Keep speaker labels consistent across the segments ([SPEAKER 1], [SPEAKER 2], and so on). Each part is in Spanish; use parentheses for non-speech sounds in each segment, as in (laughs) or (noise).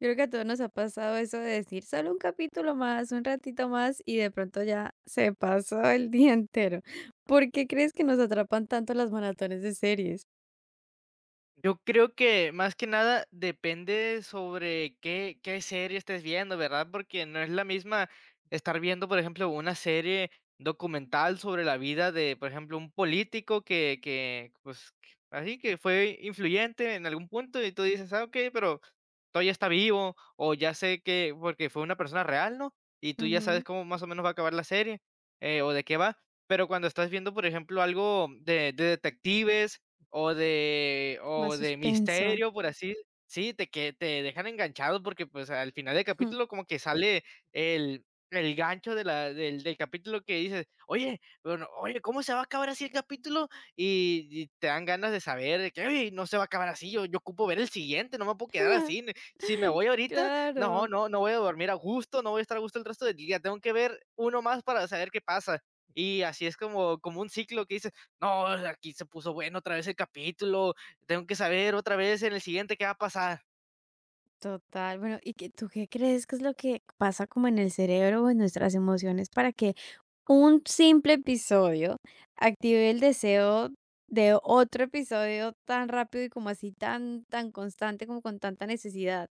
[SPEAKER 1] Yo creo que a todos nos ha pasado eso de decir solo un capítulo más, un ratito más y de pronto ya se pasó el (laughs) día entero. ¿Por qué crees que nos atrapan tanto las maratones de series?
[SPEAKER 2] Yo creo que más que nada depende sobre qué serie estés viendo, ¿verdad? Porque no es la misma estar viendo, por ejemplo, una serie documental sobre la vida de, por ejemplo, un político que así que fue influyente en algún punto y tú dices, ah, ok, pero todavía está vivo o ya sé porque fue una persona real, ¿no? Y tú ya sabes
[SPEAKER 1] Ujú.
[SPEAKER 2] cómo más o menos va a acabar la serie o de qué va. Pero cuando estás viendo, por ejemplo, algo de detectives o de o
[SPEAKER 1] Más
[SPEAKER 2] de
[SPEAKER 1] suspenso.
[SPEAKER 2] misterio, por así sí, te dejan enganchado porque, pues, al final del capítulo
[SPEAKER 1] (laughs)
[SPEAKER 2] como que sale el el gancho de la del del capítulo que dices: "Oye, bueno, oye, ¿cómo se va a acabar así el capítulo?". Y te dan ganas de saber de que: "Oye, no se va a acabar así, yo ocupo ver el siguiente, no me puedo quedar
[SPEAKER 1] Ah,
[SPEAKER 2] así. Si me voy ahorita, no,
[SPEAKER 1] claro.
[SPEAKER 2] no, no voy a dormir a gusto, no voy a estar a gusto el resto del día, tengo que ver uno más para saber qué pasa". Y así es como un ciclo que dices no, aquí se puso bueno otra vez el capítulo, tengo que saber otra vez en el siguiente qué va a pasar.
[SPEAKER 1] Total, bueno, ¿y qué, tú qué crees que es lo que pasa como en el cerebro o en nuestras emociones para que un simple episodio active el deseo de otro episodio tan rápido y como así tan, tan constante, como con tanta necesidad?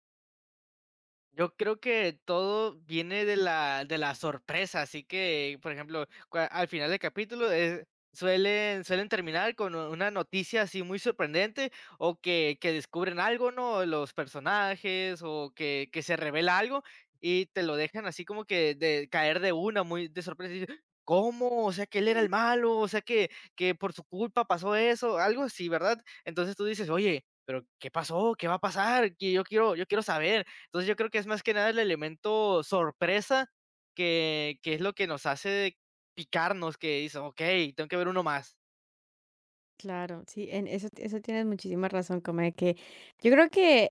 [SPEAKER 2] Yo creo que todo viene de la sorpresa, así que, por ejemplo, cua al final del capítulo, suelen terminar con una noticia así muy sorprendente, o que descubren algo, ¿no?, los personajes, o que se revela algo, y te lo dejan así como que de caer de una, muy de sorpresa, y dices: "¿Cómo? O sea, que él era el malo, o sea, que por su culpa pasó eso", algo así, ¿verdad? Entonces tú dices: "Oye, pero, ¿qué pasó? ¿Qué va a pasar? Que yo quiero saber". Entonces yo creo que es más que nada el elemento sorpresa que es lo que nos hace picarnos, que dice: "Okey, tengo que ver uno más".
[SPEAKER 1] Claro, sí, en eso tienes muchísima razón, como de que yo creo que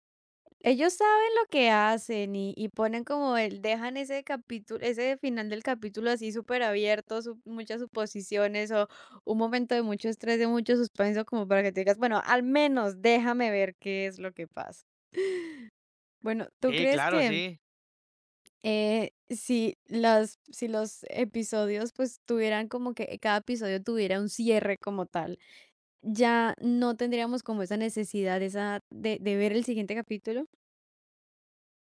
[SPEAKER 1] ellos saben lo que hacen y ponen como el, dejan ese capítulo, ese final del capítulo así súper abierto, muchas suposiciones o un momento de mucho estrés, de mucho suspenso, como para que te digas, bueno, al menos déjame ver qué es lo que pasa. Bueno, ¿tú
[SPEAKER 2] Sí,
[SPEAKER 1] crees
[SPEAKER 2] claro,
[SPEAKER 1] que
[SPEAKER 2] sí.
[SPEAKER 1] si las, si los episodios pues tuvieran como que cada episodio tuviera un cierre como tal? Ya no tendríamos como esa necesidad esa de ver el siguiente capítulo.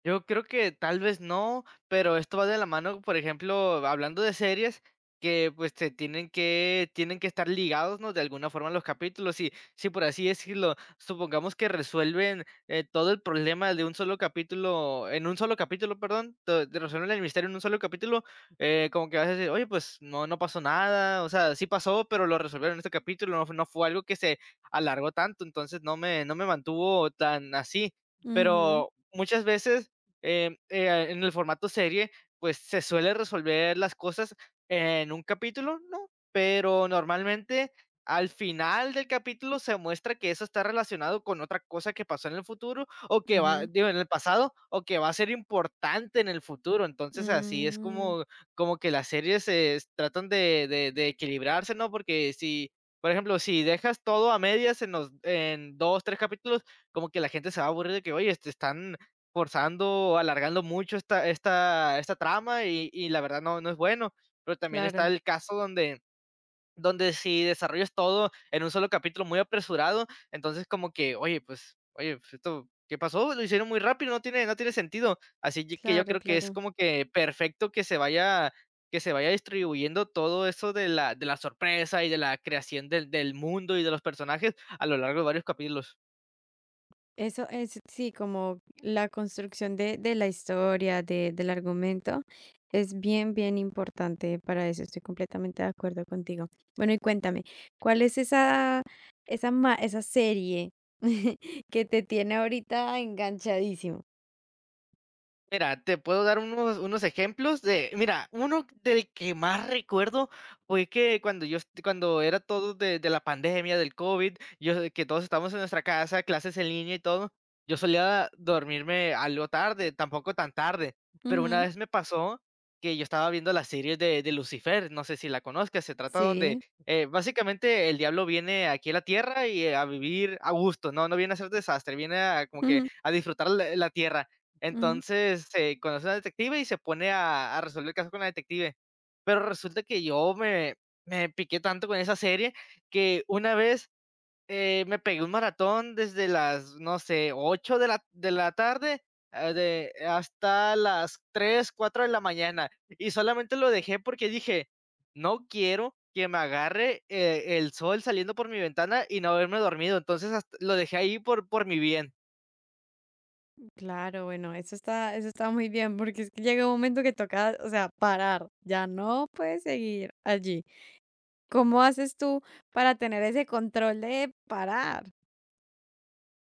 [SPEAKER 2] Yo creo que tal vez no, pero esto va de la mano, por ejemplo, hablando de series que pues te tienen que estar ligados, ¿no? De alguna forma los capítulos y si por así decirlo, supongamos que resuelven todo el problema de un solo capítulo, en un solo capítulo, perdón, to- de resuelven el misterio en un solo capítulo, como que vas a decir, oye, pues no, no pasó nada, o sea, sí pasó, pero lo resolvieron en este capítulo, no, no fue algo que se alargó tanto, entonces no me mantuvo tan así,
[SPEAKER 1] Ujú,
[SPEAKER 2] pero muchas veces en el formato serie, pues, se suele resolver las cosas en un capítulo, ¿no? Pero normalmente al final del capítulo se muestra que eso está relacionado con otra cosa que pasó en el futuro o que va
[SPEAKER 1] ujú.
[SPEAKER 2] digo, en el pasado, o que va a ser importante en el futuro. Entonces, así es
[SPEAKER 1] Mm,
[SPEAKER 2] como que las series se s tratan de equilibrarse, ¿no? Porque si, por ejemplo, si dejas todo a medias en los en 2 3 capítulos, como que la gente se va a aburrir de que: "Oye, este, están forzando o alargando mucho esta trama y la verdad no es bueno. Pero también está
[SPEAKER 1] claro,
[SPEAKER 2] el caso donde si desarrollas todo en un solo capítulo muy apresurado, entonces como que, oye, pues esto, ¿qué pasó? Lo hicieron muy rápido, no tiene sentido. Así ye que yo
[SPEAKER 1] claro,
[SPEAKER 2] creo que es
[SPEAKER 1] claro.
[SPEAKER 2] como que perfecto que se vaya distribuyendo todo eso de la sorpresa y de la creación del mundo y de los personajes a lo largo de varios capítulos.
[SPEAKER 1] Eso es, sí, como la construcción de la historia, de, del argumento, es bien, bien importante para eso. Estoy completamente de acuerdo contigo. Bueno, y cuéntame, ¿cuál es esa, esa, esa serie (laughs) que te tiene ahorita enganchadísimo?
[SPEAKER 2] Mira, te puedo dar unos ejemplos de, mira, uno del que más recuerdo fue que cuando era todo de la pandemia, del COVID, yo, sé que todos estábamos en nuestra casa, clases en línea y todo, yo solía dormirme algo tarde, tampoco tan tarde, pero una
[SPEAKER 1] Ujú.
[SPEAKER 2] vez me pasó que yo estaba viendo la serie de Lucifer, no sé si la conozcas, se trata donde
[SPEAKER 1] Sí.
[SPEAKER 2] básicamente el diablo viene aquí a la tierra y a vivir a gusto, no, no viene a hacer desastre, viene a como que
[SPEAKER 1] Ujú,
[SPEAKER 2] a disfrutar la tierra
[SPEAKER 1] ujú.
[SPEAKER 2] entonces, se conoce a una detective y se pone a resolver el caso con la detective. Pero resulta que yo me piqué tanto con esa serie que una vez, me pegué un maratón desde las, no sé, 8 de la tarde, ah, de hasta las 3 4 de la mañana, y solamente lo dejé porque dije: "No quiero que me agarre, el sol saliendo por mi ventana y no haberme dormido". Entonces, hast lo dejé ahí por mi bien.
[SPEAKER 1] Claro, bueno, eso está muy bien, porque es que llega un momento que toca, o sea, parar, ya no puedes seguir allí. ¿Cómo haces tú para tener ese control de parar?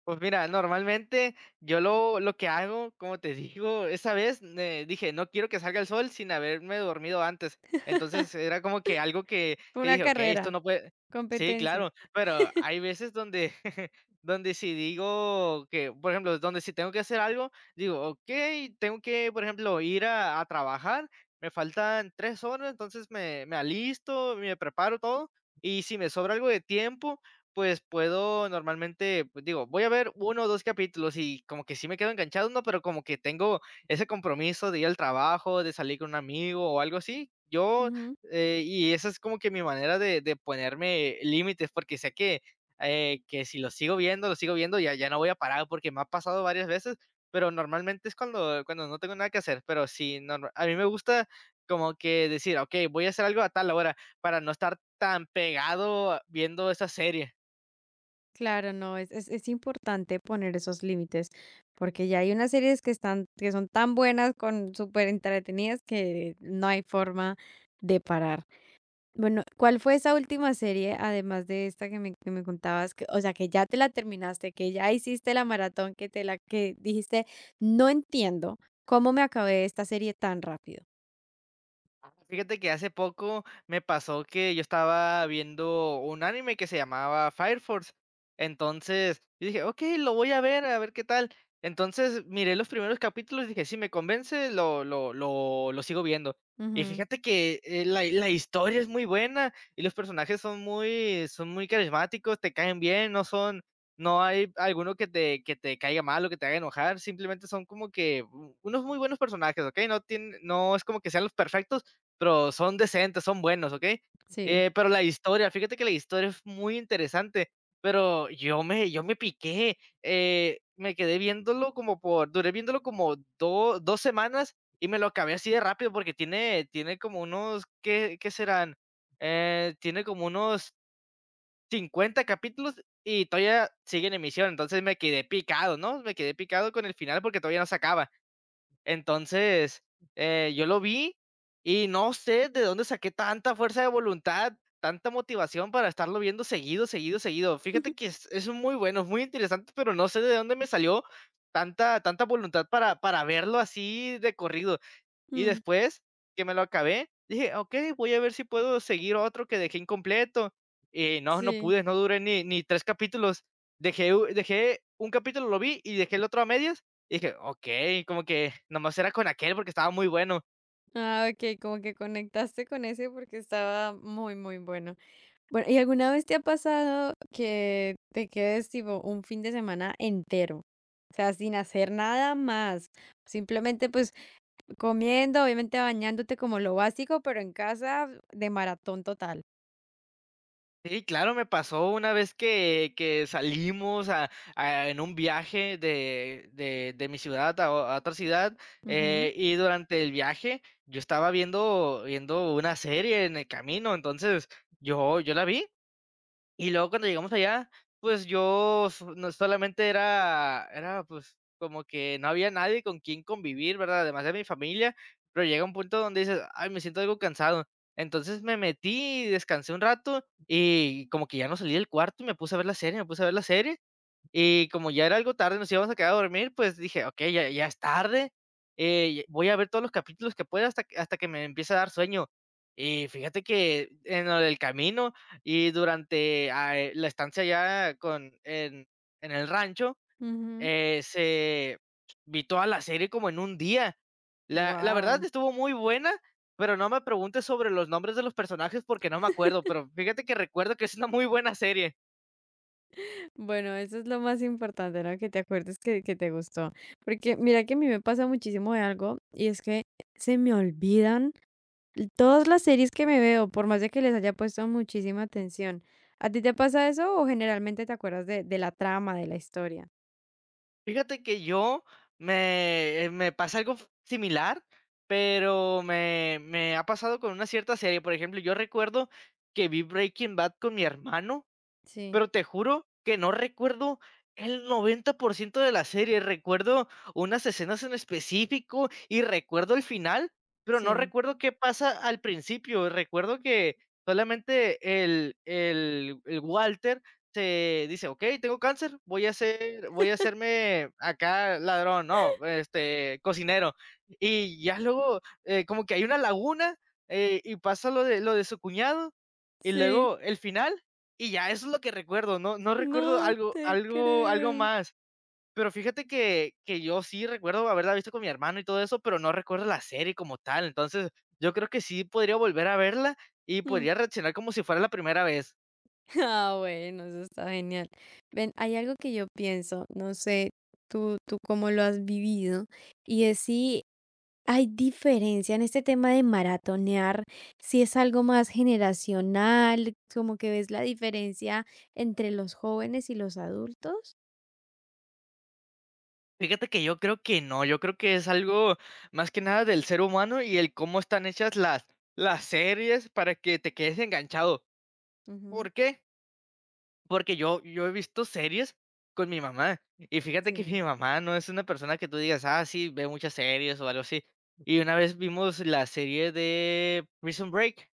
[SPEAKER 2] Pues mira, normalmente yo lo que hago, como te digo, esa vez dije, no quiero que salga el sol sin haberme dormido antes. Entonces era como que algo que,
[SPEAKER 1] Fue
[SPEAKER 2] que
[SPEAKER 1] una
[SPEAKER 2] dije, ok, esto
[SPEAKER 1] carrera,
[SPEAKER 2] no puede. Sí,
[SPEAKER 1] competencia.
[SPEAKER 2] claro, pero hay veces donde, (laughs) donde si digo que, por ejemplo, donde si tengo que hacer algo, digo, ok, tengo que, por ejemplo, ir a trabajar, me faltan 3 horas, entonces me alisto, me preparo todo, y si me sobra algo de tiempo pues puedo normalmente, pues digo, voy a ver uno o 2 capítulos y como que sí me quedo enganchado, ¿no? Pero como que tengo ese compromiso de ir al trabajo, de salir con un amigo o algo así.
[SPEAKER 1] Ujú.
[SPEAKER 2] Y esa es como que mi manera de ponerme límites, porque sé que si lo sigo viendo, lo sigo viendo, ya no voy a parar, porque me ha pasado varias veces, pero normalmente es cuando no tengo nada que hacer, pero sí, norma a mí me gusta como que decir: "Ok, voy a hacer algo a tal hora", para no estar tan pegado viendo esa serie.
[SPEAKER 1] Claro, no, es importante poner esos límites, porque ya hay unas series que están, que son tan buenas, con súper entretenidas, que no hay forma de parar. Bueno, ¿cuál fue esa última serie, además de esta que me contabas? O sea, que ya te la terminaste, que ya hiciste la maratón, que te la que dijiste, no entiendo cómo me acabé esta serie tan rápido.
[SPEAKER 2] Fíjate que hace poco me pasó que yo estaba viendo un anime que se llamaba Fire Force. Entonces, yo dije, ok, lo voy a ver qué tal. Entonces, miré los primeros capítulos y dije, si me convence, lo sigo viendo. Y
[SPEAKER 1] Ujú.
[SPEAKER 2] fíjate que la historia es muy buena y los personajes son muy carismáticos, te caen bien, no son, no hay alguno que te caiga mal o que te haga enojar, simplemente son como que unos muy buenos personajes, ¿ok? No, tienen, no es como que sean los perfectos pero son decentes, son buenos, ¿ok?
[SPEAKER 1] Sí.
[SPEAKER 2] Pero la historia, fíjate que la historia es muy interesante, pero yo me piqué, me quedé viéndolo como por duré viéndolo como do 2 semanas y me lo acabé así de rápido porque tiene como unos, ¿qué serán? Tiene como unos 50 capítulos y todavía sigue en emisión, entonces me quedé picado, ¿no? Me quedé picado con el final porque todavía no se acaba. Entonces, yo lo vi y no sé de dónde saqué tanta fuerza de voluntad, tanta motivación para estarlo viendo seguido, seguido, seguido. Fíjate
[SPEAKER 1] (laughs)
[SPEAKER 2] que es muy bueno, es muy interesante, pero no sé de dónde me salió tanta voluntad para verlo así de corrido. Y
[SPEAKER 1] Mm,
[SPEAKER 2] después que me lo acabé, dije: "Okey, voy a ver si puedo seguir otro que dejé incompleto". Y no, no
[SPEAKER 1] sí.
[SPEAKER 2] pude, no duré ni 3 capítulos. Dejé un capítulo, lo vi y dejé el otro a medias, y dije: "Okey", como que nomás era con aquel porque estaba muy bueno.
[SPEAKER 1] Ah, okey, como que conectaste con ese porque estaba muy, muy bueno. Bueno, ¿y alguna vez te ha pasado que te quedes, tipo, un fin de semana entero? O sea, sin hacer nada más, simplemente, pues, comiendo, obviamente bañándote como lo básico, pero en casa de maratón total.
[SPEAKER 2] Sí, claro, me pasó una vez que salimos en un viaje de mi ciudad a otra ciudad
[SPEAKER 1] Ujú,
[SPEAKER 2] y durante el viaje yo estaba viendo una serie en el camino, entonces yo la vi y luego cuando llegamos allá, pues yo no solamente era, pues, como que no había nadie con quien convivir, ¿verdad? Además de mi familia, pero llega un punto donde dices: "Ay, me siento algo cansado". Entonces me metí, descansé un rato y como que ya no salí del cuarto y me puse a ver la serie, me puse a ver la serie y como ya era algo tarde, nos íbamos a quedar a dormir, pues dije: "Okey, ya es tarde, voy a ver todos los capítulos que pueda hasta que me empiece a dar sueño". Y fíjate que en el camino y durante, ah, la estancia allá con en el rancho,
[SPEAKER 1] ujú.
[SPEAKER 2] se vi toda la serie como en un día. La verdad
[SPEAKER 1] Wow.
[SPEAKER 2] estuvo muy buena, pero no me preguntes sobre los nombres de los personajes porque no me acuerdo, pero fíjate que recuerdo que es una muy buena serie.
[SPEAKER 1] Bueno, eso es lo más importante, ¿no? Que te acuerdes que te gustó. Porque mira que a mí me pasa muchísimo de algo, y es que se me olvidan L todas las series que me veo, por más de que les haya puesto muchísima atención, ¿a ti te pasa eso o generalmente te acuerdas de la trama, de la historia?
[SPEAKER 2] Fíjate que yo me pasa algo similar, pero me ha pasado con una cierta serie. Por ejemplo, yo recuerdo que vi Breaking Bad con mi hermano,
[SPEAKER 1] Sí,
[SPEAKER 2] pero te juro que no recuerdo el 90% de la serie. Recuerdo unas escenas en específico y recuerdo el final, pero no
[SPEAKER 1] sí,
[SPEAKER 2] recuerdo qué pasa al principio. Recuerdo que solamente el Walter se dice: "Ok, tengo cáncer, voy a hacer, voy a hacerme acá ladrón, no, este, cocinero". Y ya luego, como que hay una laguna y pasa lo de su cuñado. Y
[SPEAKER 1] sí.
[SPEAKER 2] luego el final, y ya, eso es lo que recuerdo, no recuerdo
[SPEAKER 1] No
[SPEAKER 2] algo
[SPEAKER 1] te
[SPEAKER 2] algo algo
[SPEAKER 1] creo.
[SPEAKER 2] más. Pero fíjate que yo sí recuerdo haberla visto con mi hermano y todo eso, pero no recuerdo la serie como tal. Entonces, yo creo que sí podría volver a verla y
[SPEAKER 1] Mm.
[SPEAKER 2] podría reaccionar como si fuera la primera vez.
[SPEAKER 1] (laughs) Ah, bueno, eso está genial. Ven, hay algo que yo pienso, no sé tú cómo lo has vivido, y es si ¿hay diferencia en este tema de maratonear, si es algo más generacional, como que ves la diferencia entre los jóvenes y los adultos?
[SPEAKER 2] Fíjate que yo creo que no, yo creo que es algo más que nada del ser humano y el cómo están hechas las series para que te quedes enganchado.
[SPEAKER 1] Ujú,
[SPEAKER 2] ¿Por qué? Porque yo he visto series con mi mamá, y fíjate que
[SPEAKER 1] sí,
[SPEAKER 2] mi mamá no es una persona que tú digas: "Ah, sí, ve muchas series", o algo así. Y una vez vimos la serie de Prison Break,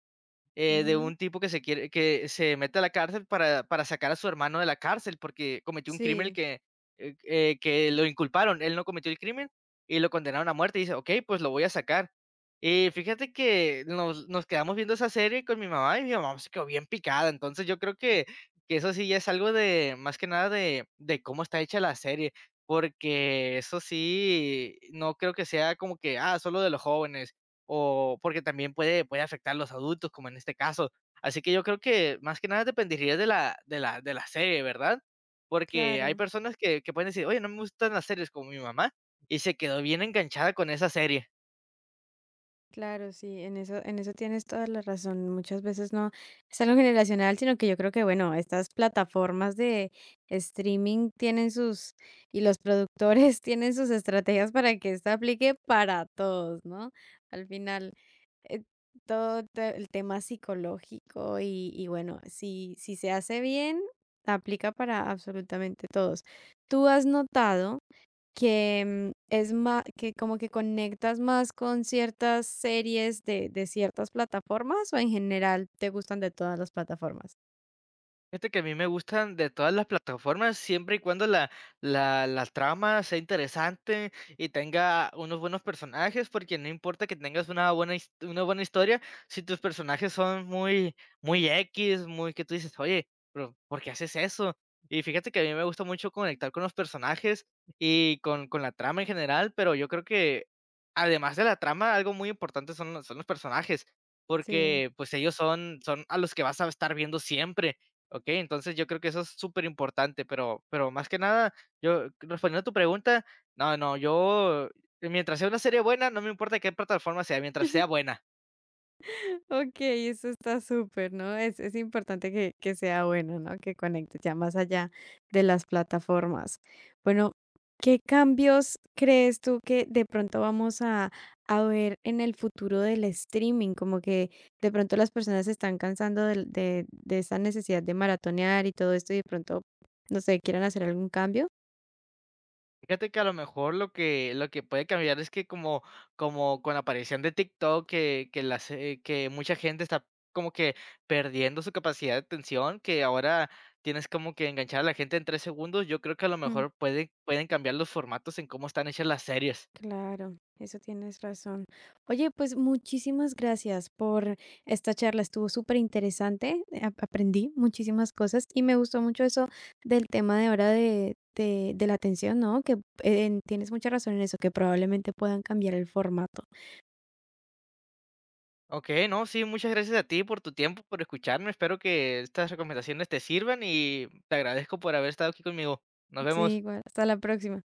[SPEAKER 2] de
[SPEAKER 1] ujú,
[SPEAKER 2] un tipo que se quiere que se mete a la cárcel para sacar a su hermano de la cárcel, porque cometió un crimen
[SPEAKER 1] sí,
[SPEAKER 2] que lo inculparon. Él no cometió el crimen y lo condenaron a muerte. Y dice: "Okey, pues lo voy a sacar". Y fíjate que nos quedamos viendo esa serie con mi mamá, y mi mamá se quedó bien picada. Entonces, yo creo que eso sí ya es algo de, más que nada, de cómo está hecha la serie, porque eso sí, no creo que sea como que, ah, solo de los jóvenes, o porque también puede afectar a los adultos, como en este caso. Así que yo creo que más que nada dependería de la serie, ¿verdad? Porque hay
[SPEAKER 1] claro.
[SPEAKER 2] personas que pueden decir: "Oye, no me gustan las series", como mi mamá, y se quedó bien enganchada con esa serie.
[SPEAKER 1] Claro, sí, en eso tienes toda la razón. Muchas veces no es algo generacional, sino que yo creo que, bueno, estas plataformas de streaming tienen sus, y los productores (laughs) tienen sus estrategias para que esto aplique para todos, ¿no? Al final, eh, todo el tema psicológico y bueno, si, si se hace bien, aplica para absolutamente todos. ¿Tú has notado? Que, mm, es más que como que conectas más con ciertas series de ciertas plataformas, o en general te gustan de todas las plataformas?
[SPEAKER 2] Fíjate que a mí me gustan de todas las plataformas, siempre y cuando la trama sea interesante y tenga unos buenos personajes, porque no importa que tengas una buena, una buena historia, si tus personajes son muy, muy X, muy que tú dices: "Oye, pero ¿por qué haces eso?". Y fíjate que a mí me gusta mucho conectar con los personajes y con la trama en general, pero yo creo que además de la trama, algo muy importante son los personajes,
[SPEAKER 1] Sí.
[SPEAKER 2] porque pues ellos son, son a los que vas a estar viendo siempre. Okey, entonces yo creo que eso es súper importante, pero más que nada, yo respondiendo a tu pregunta, no, no, yo mientras sea una serie buena, no me importa qué plataforma sea, mientras sea buena.
[SPEAKER 1] Okey, eso está súper, ¿no? Es importante que sea bueno, ¿no? Que conecte ya más allá de las plataformas. Bueno, ¿qué cambios crees tú que de pronto vamos a ver en el futuro del streaming? Como que de pronto las personas se están cansando del de esa necesidad de maratonear y todo esto, y de pronto, no sé, ¿quieran hacer algún cambio?
[SPEAKER 2] Fíjate que a lo mejor lo que puede cambiar es que como como con la aparición de TikTok, que las que mucha gente está como que perdiendo su capacidad de atención, que ahora tienes como que enganchar a la gente en 3 segundos, yo creo que a lo
[SPEAKER 1] Mm.
[SPEAKER 2] mejor pueden cambiar los formatos en cómo están hechas las series.
[SPEAKER 1] Claro, eso tienes razón. Oye, pues muchísimas gracias por esta charla. Estuvo súper interesante. Aprendí muchísimas cosas y me gustó mucho eso del tema de ahora de la atención, ¿no? Que tienes mucha razón en eso, que probablemente puedan cambiar el formato.
[SPEAKER 2] Okey, no, sí, muchas gracias a ti por tu tiempo, por escucharme. Espero que estas recomendaciones te sirvan y te agradezco por haber estado aquí conmigo. Nos
[SPEAKER 1] Sí,
[SPEAKER 2] vemos.
[SPEAKER 1] igual. Hasta la próxima.